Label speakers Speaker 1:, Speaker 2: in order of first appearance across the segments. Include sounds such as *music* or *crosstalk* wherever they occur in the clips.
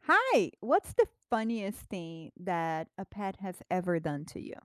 Speaker 1: Hi, what's the funniest thing that a pet has ever done to you?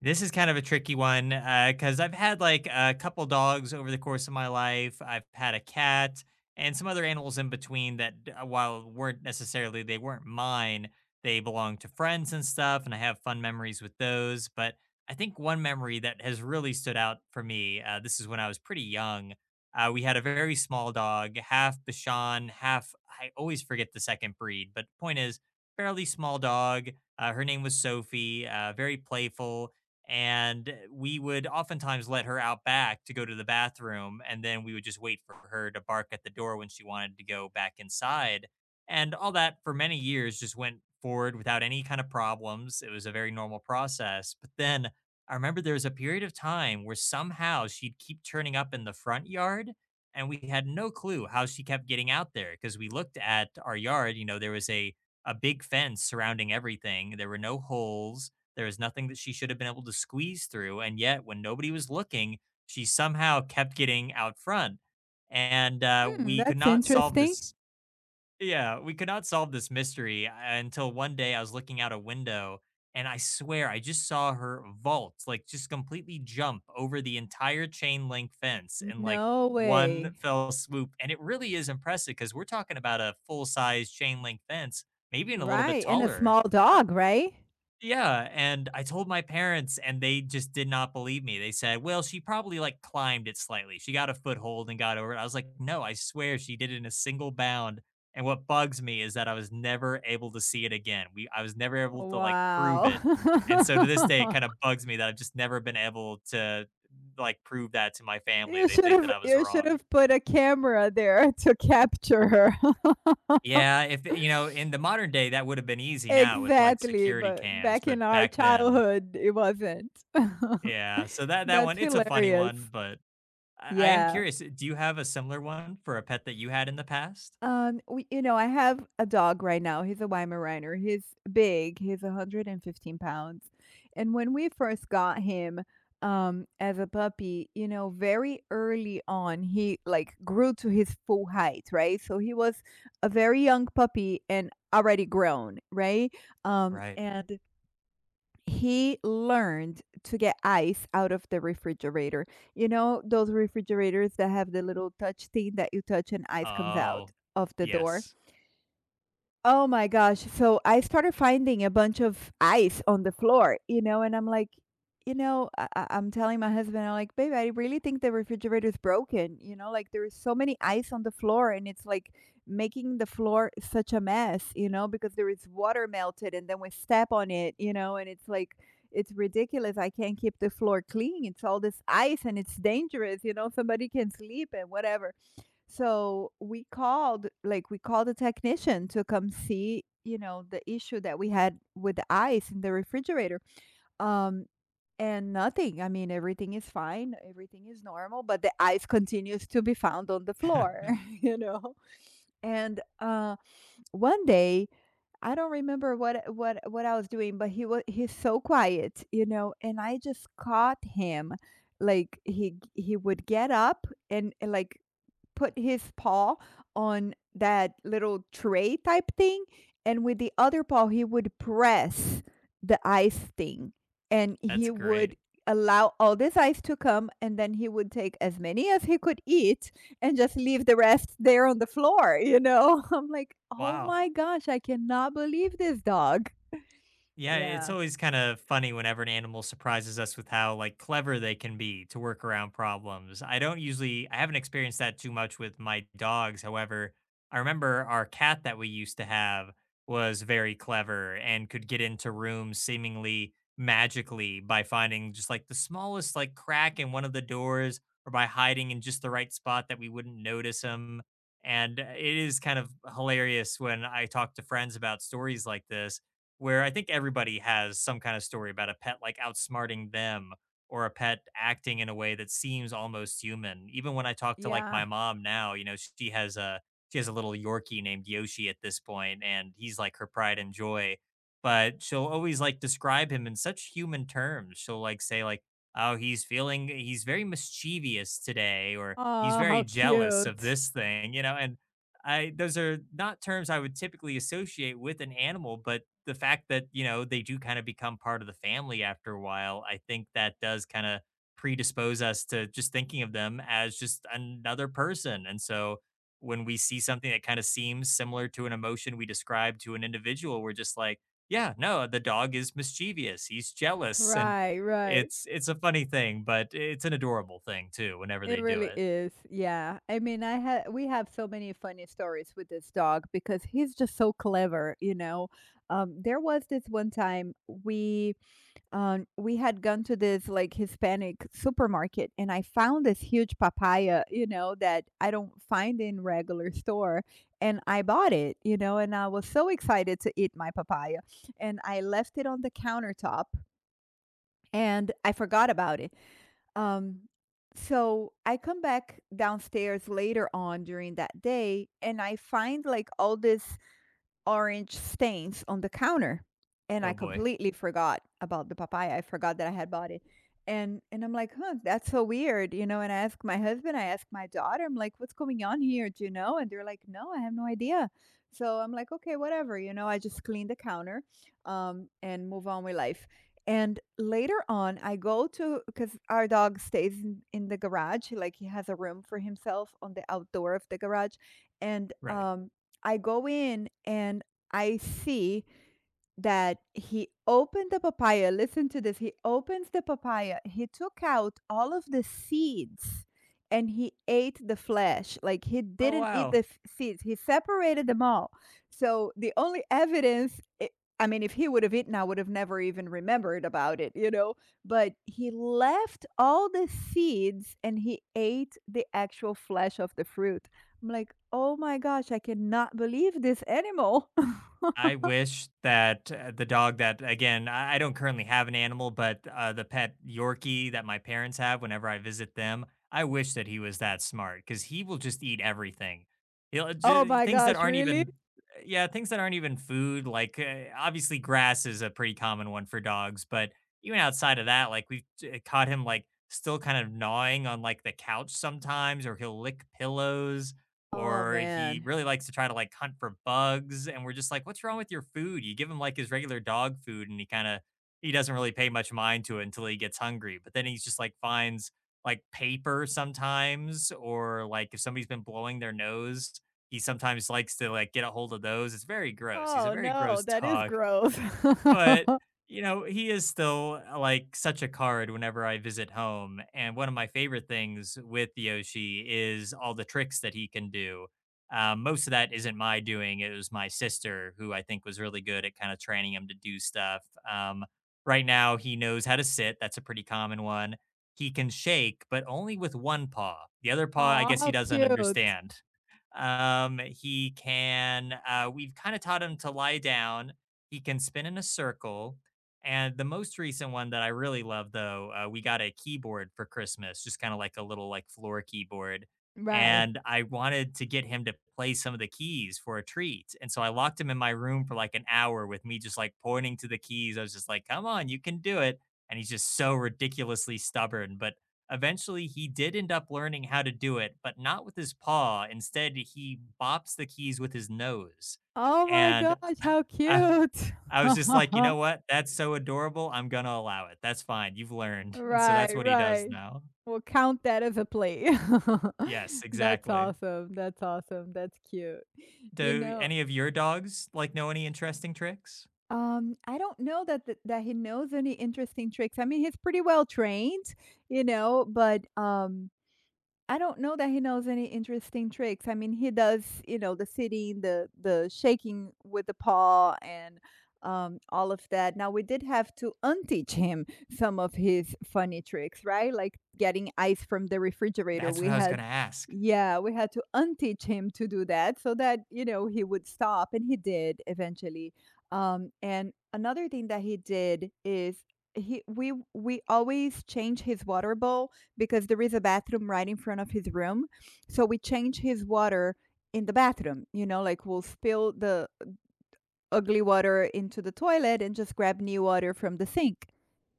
Speaker 2: This is kind of a tricky one because I've had like a couple dogs over the course of my life. I've had a cat and some other animals in between that, while weren't necessarily they weren't mine, they belonged to friends and stuff, and I have fun memories with those. But I think one memory that has really stood out for me. This is when I was pretty young. We had a very small dog, half Bashan, half I always forget the second breed. But point is, fairly small dog. Her name was Sophie. Very playful and we would oftentimes let her out back to go to the bathroom, and then we would just wait for her to bark at the door when she wanted to go back inside. And all that for many years just went forward without any kind of problems. It was a very normal process, but then I remember there was a period of time where somehow she'd keep turning up in the front yard, and we had no clue how she kept getting out there. Because we looked at our yard, you know, there was a big fence surrounding everything, there were no holes, there was nothing that she should have been able to squeeze through, and yet when nobody was looking, she somehow kept getting out front. And,
Speaker 1: Hmm,
Speaker 2: we could
Speaker 1: that's
Speaker 2: not solve
Speaker 1: interesting.
Speaker 2: this. Yeah, we could not solve this mystery until one day I was looking out a window, and I swear I just saw her vault, like, just completely jump over the entire chain link fence in, like,
Speaker 1: No
Speaker 2: one
Speaker 1: way.
Speaker 2: fell swoop, and it really is impressive because 'cause we're talking about a full-size chain link fence, maybe even a little bit
Speaker 1: Right. And a
Speaker 2: taller.
Speaker 1: small dog, right?
Speaker 2: Yeah, and I told my parents and they just did not believe me. They said, "Well, she probably, like, climbed it slightly. She got a foothold and got over it." I was like, "No, I swear she did it in a single bound." And what bugs me is that I was never able to see it again. We I was never able to, like, prove
Speaker 1: Wow.
Speaker 2: it.
Speaker 1: *laughs*
Speaker 2: And so to this day, it kinda bugs me that I've just never been able to, like, prove that to my family.
Speaker 1: You
Speaker 2: They
Speaker 1: should
Speaker 2: think that
Speaker 1: have
Speaker 2: I was wrong.
Speaker 1: put a camera there *laughs* to capture her.
Speaker 2: Yeah, if you
Speaker 1: *laughs*
Speaker 2: know, in the modern day, that would have been easy now with, like,
Speaker 1: Exactly.
Speaker 2: security
Speaker 1: But
Speaker 2: cams,
Speaker 1: back in
Speaker 2: but
Speaker 1: our
Speaker 2: back then
Speaker 1: childhood it wasn't. *laughs*
Speaker 2: yeah, so that
Speaker 1: That's
Speaker 2: one, it's a funny
Speaker 1: hilarious.
Speaker 2: one, but I am
Speaker 1: Yeah.
Speaker 2: curious, do you have a similar one for a pet that you had in the past?
Speaker 1: We I have a dog right now, he's a Weimaraner, he's big, he's 115 pounds, and when we first got him, as a puppy, you know, very early on, he, like, grew to his full height, right? So he was a very young puppy and already grown, right? Um,
Speaker 2: Right.
Speaker 1: and he learned to get ice out of the refrigerator. You know, those refrigerators that have the little touch thing that you touch and ice comes out
Speaker 2: Oh,
Speaker 1: of the door?
Speaker 2: yes.
Speaker 1: Oh my gosh. So I started finding a bunch of ice on the floor, you know, and I'm like, you know, I'm telling my husband, I'm like, babe, I really think the refrigerator is broken. You know, like there is so many ice on the floor and it's like making the floor such a mess, you know, because there is water melted and then we step on it, you know, and it's like, it's ridiculous. I can't keep the floor clean. It's all this ice and it's dangerous, you know, somebody can sleep and whatever. So we called, like, we called a technician to come see, you know, the issue that we had with the ice in the refrigerator. Um, and nothing. I mean, everything is fine, everything is normal, but the ice continues to be found on the
Speaker 2: *laughs*
Speaker 1: floor, *laughs* you know. And one day, I don't remember what I was doing, but he's so quiet, you know, and I just caught him like he would get up and like put his paw on that little tray type thing and with the other paw he would press the ice thing and
Speaker 2: That's
Speaker 1: he
Speaker 2: great.
Speaker 1: would allow all this ice to come and then he would take as many as he could eat and just leave the rest there on the floor, you know? *laughs* I'm like, oh
Speaker 2: Wow.
Speaker 1: my gosh, I cannot believe this dog.
Speaker 2: Yeah, it's
Speaker 1: Yeah.
Speaker 2: always kind of funny whenever an animal surprises us with how like clever they can be to work around problems. I don't usually I haven't experienced that too much with my dogs. However, I remember our cat that we used to have was very clever and could get into rooms seemingly magically by finding just like the smallest like crack in one of the doors or by hiding in just the right spot that we wouldn't notice him. And it is kind of hilarious when I talk to friends about stories like this, where I think everybody has some kind of story about a pet, like, outsmarting them or a pet acting in a way that seems almost human. Even when I talk to, like,
Speaker 1: Yeah.
Speaker 2: my mom now, you know, she has a little Yorkie named Yoshi at this point, and he's, like, her pride and joy, but she'll always, like, describe him in such human terms. She'll, like, say, like, "Oh, he's feeling he's very mischievous today," or, "He's
Speaker 1: Oh,
Speaker 2: very
Speaker 1: how
Speaker 2: jealous of
Speaker 1: cute.
Speaker 2: this thing," you know, and I those are not terms I would typically associate with an animal, but the fact that, you know, they do kind of become part of the family after a while, I think that does kind of predispose us to just thinking of them as just another person. And so when we see something that kind of seems similar to an emotion we describe to an individual, we're just like, yeah, no, the dog is mischievous. He's jealous. And
Speaker 1: Right, right.
Speaker 2: it's a funny thing, but it's an adorable thing too, whenever
Speaker 1: It
Speaker 2: they do
Speaker 1: really
Speaker 2: it.
Speaker 1: is. Yeah. I mean, I had we have so many funny stories with this dog because he's just so clever, you know. There was this one time we had gone to this like Hispanic supermarket and I found this huge papaya, you know, that I don't find in regular store. And I bought it, you know, and I was so excited to eat my papaya. And I left it on the countertop and I forgot about it. Um, so I come back downstairs later on during that day and I find like all this orange stains on the counter. And
Speaker 2: Oh
Speaker 1: I
Speaker 2: boy.
Speaker 1: completely forgot about the papaya. I forgot that I had bought it. And I'm like, huh, that's so weird, you know. And I asked my husband, I asked my daughter, I'm like, what's going on here? Do you know? And they're like, no, I have no idea. So I'm like, okay, whatever, you know. I just clean the counter, and move on with life. And later on, I go to, because our dog stays in the garage, like he has a room for himself on the outdoor of the garage. And
Speaker 2: Right.
Speaker 1: I go in and I see that he opened the papaya. Listen to this. He opens the papaya. He took out all of the seeds and he ate the flesh. Like he
Speaker 2: Oh
Speaker 1: didn't eat the
Speaker 2: wow.
Speaker 1: seeds. He separated them all. So the only evidence, I mean, if he would have eaten, I would have never even remembered about it, you know. But he left all the seeds and he ate the actual flesh of the fruit. I'm like, oh my gosh, I cannot believe this animal. *laughs*
Speaker 2: I wish that the dog that again, I don't currently have an animal, but the pet Yorkie that my parents have whenever I visit them, I wish that he was that smart because he will just eat everything. He'll
Speaker 1: Oh my
Speaker 2: things that
Speaker 1: gosh,
Speaker 2: aren't
Speaker 1: really?
Speaker 2: even, yeah, things that aren't even food. Like obviously, grass is a pretty common one for dogs, but even outside of that, like we've caught him like still kind of gnawing on like the couch sometimes, or he'll lick pillows
Speaker 1: Oh,
Speaker 2: or he
Speaker 1: man.
Speaker 2: really likes to try to like hunt for bugs. And we're just like, what's wrong with your food? You give him like his regular dog food and he kind of he doesn't really pay much mind to it until he gets hungry, but then he's just like finds like paper sometimes, or like if somebody's been blowing their nose, he sometimes likes to like get a hold of those. It's very gross, he's a
Speaker 1: Oh,
Speaker 2: very
Speaker 1: no,
Speaker 2: gross *laughs*
Speaker 1: that is
Speaker 2: dog.
Speaker 1: gross. *laughs*
Speaker 2: But, you know, he is still, like, such a card whenever I visit home, and one of my favorite things with Yoshi is all the tricks that he can do. Most of that isn't my doing, it was my sister who I think was really good at kinda training him to do stuff. Right now, he knows how to sit, that's a pretty common one. He can shake, but only with one paw. The other paw, I
Speaker 1: Aw,
Speaker 2: guess he
Speaker 1: how
Speaker 2: doesn't
Speaker 1: cute.
Speaker 2: understand. He can, we've kind of taught him to lie down. He can spin in a circle. And the most recent one that I really love, though, we got a keyboard for Christmas, just kind of like a little like floor keyboard.
Speaker 1: Right.
Speaker 2: And I wanted to get him to play some of the keys for a treat. And so I locked him in my room for like an hour with me just like pointing to the keys. I was just like, come on, you can do it. And he's just so ridiculously stubborn. But eventually, he did end up learning how to do it, but not with his paw. Instead, he bops the keys with his nose.
Speaker 1: Oh my
Speaker 2: And
Speaker 1: gosh, how
Speaker 2: I,
Speaker 1: cute.
Speaker 2: I was just like, you know
Speaker 1: *laughs*
Speaker 2: what? That's so adorable. I'm going to allow it. That's fine. You've learned. And so that's
Speaker 1: Right,
Speaker 2: what he does
Speaker 1: right.
Speaker 2: now.
Speaker 1: We'll count that as a play.
Speaker 2: Yes,
Speaker 1: *laughs* That's
Speaker 2: exactly.
Speaker 1: awesome, that's awesome, that's cute. You
Speaker 2: Do
Speaker 1: know,
Speaker 2: any of your dogs like know any interesting tricks?
Speaker 1: I don't know that th that he knows any interesting tricks. I mean, he's pretty well trained, you know, but, I don't know that he knows any interesting tricks. I mean, he does, you know, the sitting, the shaking with the paw, and all of that. Now we did have to unteach him some of his funny tricks, right? Like getting ice from the refrigerator.
Speaker 2: That's what
Speaker 1: We
Speaker 2: I was going
Speaker 1: had,
Speaker 2: to ask.
Speaker 1: yeah, we had to unteach him to do that so that you know he would stop, and he did eventually. And another thing that he did is he we always change his water bowl because there is a bathroom right in front of his room. So we change his water in the bathroom, you know, like we'll spill the ugly water into the toilet and just grab new water from the sink.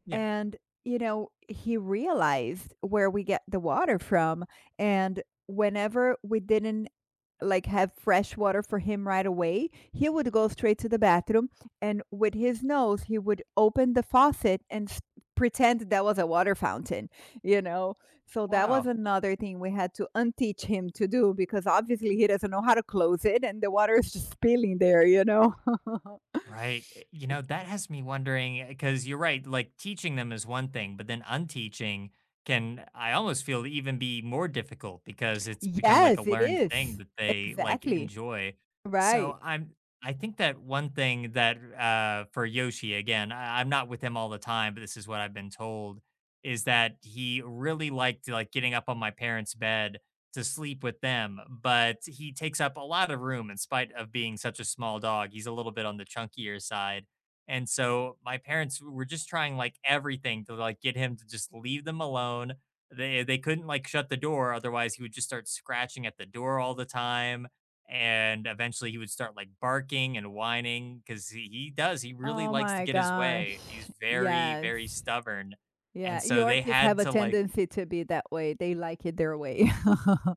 Speaker 2: Yeah.
Speaker 1: And, you know, he realized where we get the water from. And whenever we didn't like have fresh water for him right away, he would go straight to the bathroom and with his nose he would open the faucet and pretend that was a water fountain, you know? So that was
Speaker 2: Wow.
Speaker 1: another thing we had to unteach him to do because obviously he doesn't know how to close it and the water is just spilling there, you know? *laughs*
Speaker 2: Right. You know, that has me wondering because you're right. Like teaching them is one thing, but then unteaching can, I almost feel, even be more difficult because it's become like a
Speaker 1: Yes, it
Speaker 2: learned thing
Speaker 1: is.
Speaker 2: that they like
Speaker 1: Exactly.
Speaker 2: enjoy.
Speaker 1: Right.
Speaker 2: So I think that one thing that for Yoshi, again, I'm not with him all the time, but this is what I've been told is that he really liked like getting up on my parents' bed to sleep with them, but he takes up a lot of room in spite of being such a small dog. He's a little bit on the chunkier side. And so my parents were just trying like everything to like get him to just leave them alone. They couldn't like shut the door, otherwise he would just start scratching at the door all the time, and eventually he would start like barking and whining cuz he does he really
Speaker 1: Oh
Speaker 2: likes to
Speaker 1: my
Speaker 2: get his
Speaker 1: gosh.
Speaker 2: way. He's very
Speaker 1: Yes.
Speaker 2: very stubborn.
Speaker 1: Yeah.
Speaker 2: And so they
Speaker 1: Yorkies
Speaker 2: had
Speaker 1: have a
Speaker 2: to like
Speaker 1: tendency to be that way. They like it their way. *laughs*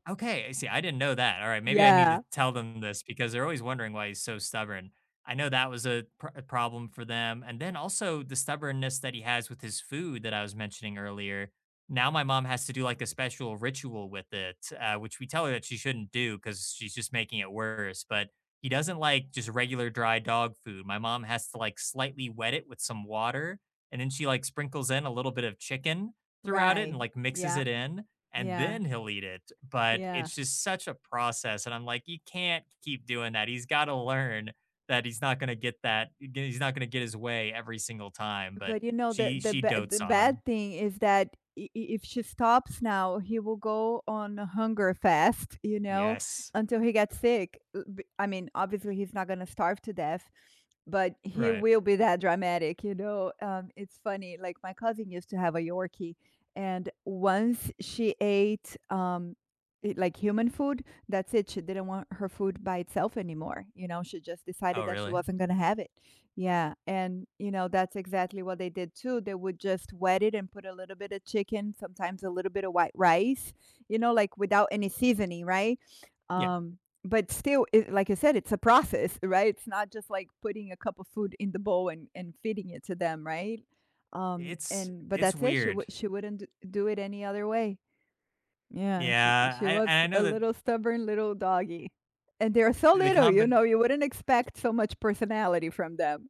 Speaker 2: okay, I see, I didn't know that, alright, maybe I need to
Speaker 1: Yeah.
Speaker 2: tell them this because they're always wondering why he's so stubborn. I know that was a pr a problem for them, and then also the stubbornness that he has with his food that I was mentioning earlier. Now my mom has to do, like, a special ritual with it, which we tell her that she shouldn't do because she's just making it worse, but he doesn't like just regular dry dog food. My mom has to, like, slightly wet it with some water, and then she, like, sprinkles in a little bit of chicken throughout it
Speaker 1: Right.
Speaker 2: and, like, mixes
Speaker 1: Yeah.
Speaker 2: it in, and
Speaker 1: Yeah.
Speaker 2: then he'll eat it. But
Speaker 1: Yeah.
Speaker 2: it's just such a process. And I'm like, you can't keep doing that. He's got to learn that he's not going to get that. He's not going to get his way every single time. But
Speaker 1: But you know
Speaker 2: she,
Speaker 1: the
Speaker 2: she
Speaker 1: ba the
Speaker 2: dotes on him.
Speaker 1: bad thing is that I if she stops now, he will go on a hunger fast, you know,
Speaker 2: Yes.
Speaker 1: until he gets sick. B I mean, obviously, he's not gonna starve to death, but he
Speaker 2: Right.
Speaker 1: will be that dramatic, you know? It's funny, like, my cousin used to have a Yorkie, and once she ate, I like, human food, that's it, she didn't want her food by itself anymore, you know? She just
Speaker 2: Oh,
Speaker 1: decided that she
Speaker 2: really?
Speaker 1: wasn't gonna have it. Yeah, and you know, that's exactly what they did too. They would just wet it and put a little bit of chicken, sometimes a little bit of white rice, you know, like without any seasoning, right?
Speaker 2: Yeah.
Speaker 1: But still, it, like I said, it's a process, *laughs* right? It's not just like putting a cup of food in the bowl and feeding it to them, right?
Speaker 2: It's,
Speaker 1: And But
Speaker 2: it's
Speaker 1: that's it.
Speaker 2: weird.
Speaker 1: She wouldn't do it any other way. Yeah,
Speaker 2: Yeah.
Speaker 1: she
Speaker 2: I,
Speaker 1: was
Speaker 2: and I
Speaker 1: a
Speaker 2: know that
Speaker 1: little stubborn little doggy. And they're so
Speaker 2: the
Speaker 1: little, you
Speaker 2: combi
Speaker 1: know, you wouldn't expect so much personality from them.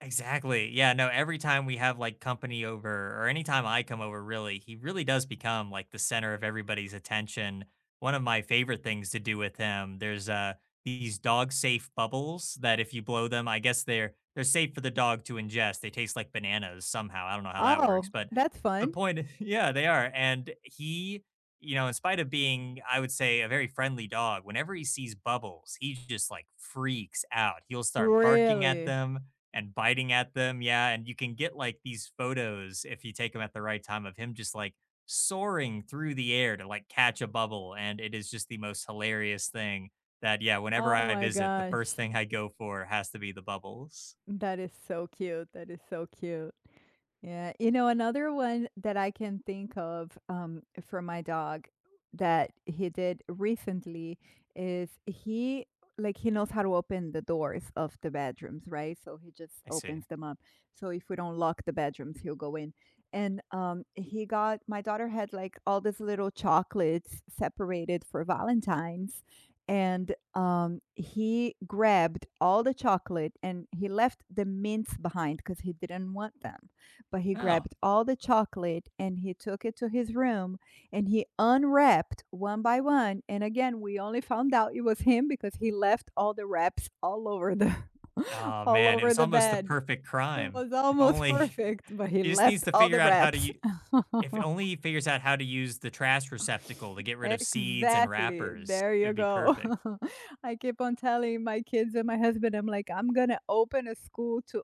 Speaker 2: exactly. Yeah, no, every time we have, like, company over or anytime I come over, really, he really does become, like, the center of everybody's attention. One of my favorite things to do with him, there's, these dog safe bubbles that if you blow them, I guess they're safe for the dog to ingest. They taste like bananas somehow. I don't know how that works,
Speaker 1: Oh,
Speaker 2: but
Speaker 1: that's
Speaker 2: the
Speaker 1: fun.
Speaker 2: point *laughs* yeah, they are, and he, you know, in spite of being, I would say, a very friendly dog, whenever he sees bubbles, he just, like, freaks out. He'll start barking at
Speaker 1: Really?
Speaker 2: them and biting at them. Yeah. And you can get like these photos if you take them at the right time of him just like soaring through the air to like catch a bubble. And it is just the most hilarious thing that, yeah, whenever
Speaker 1: Oh
Speaker 2: I
Speaker 1: my
Speaker 2: visit, the
Speaker 1: gosh.
Speaker 2: first thing I go for has to be the bubbles.
Speaker 1: That is so cute, that is so cute. Yeah, you know, another one that I can think of, for my dog that he did recently is he like he knows how to open the doors of the bedrooms, right? So he just
Speaker 2: I see.
Speaker 1: opens them up. So if we don't lock the bedrooms, he'll go in. And he got, my daughter had like all these little chocolates separated for Valentine's. And he grabbed all the chocolate and he left the mints behind because he didn't want them, but he
Speaker 2: Oh,
Speaker 1: grabbed all the chocolate and he took it to his room and he unwrapped one by one. And again, we only found out it was him because he left all the wraps all over the *laughs*
Speaker 2: oh
Speaker 1: all
Speaker 2: man. It
Speaker 1: over
Speaker 2: was
Speaker 1: the
Speaker 2: almost the
Speaker 1: bed.
Speaker 2: perfect
Speaker 1: It
Speaker 2: crime.
Speaker 1: was
Speaker 2: If
Speaker 1: almost
Speaker 2: only
Speaker 1: perfect, but
Speaker 2: *laughs*
Speaker 1: he
Speaker 2: he just needs
Speaker 1: left
Speaker 2: to
Speaker 1: all
Speaker 2: figure
Speaker 1: the
Speaker 2: out how to.
Speaker 1: wraps. *laughs*
Speaker 2: If only he figures out how to use the trash receptacle to get rid of seeds and
Speaker 1: Exactly.
Speaker 2: wrappers,
Speaker 1: There
Speaker 2: it
Speaker 1: you
Speaker 2: would be
Speaker 1: go.
Speaker 2: perfect.
Speaker 1: *laughs* I keep on telling my kids and my husband, I'm like, I'm gonna open a school to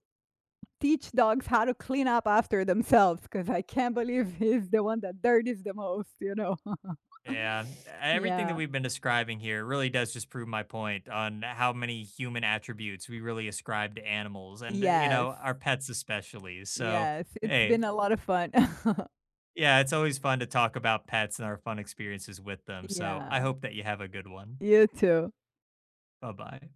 Speaker 1: teach dogs how to clean up after themselves because I can't believe *laughs* he's the one that dirties the most, you know? *laughs*
Speaker 2: Yeah, everything that
Speaker 1: Yeah.
Speaker 2: we've been describing here really does just prove my point on how many human attributes we really ascribe to animals and, you
Speaker 1: Yes.
Speaker 2: know, our pets especially. So,
Speaker 1: Yes. It's
Speaker 2: hey,
Speaker 1: been a lot of fun. *laughs*
Speaker 2: yeah, it's always fun to talk about pets and our fun experiences with them. So, I
Speaker 1: Yeah.
Speaker 2: hope that you have a good one.
Speaker 1: You too.
Speaker 2: Bye bye.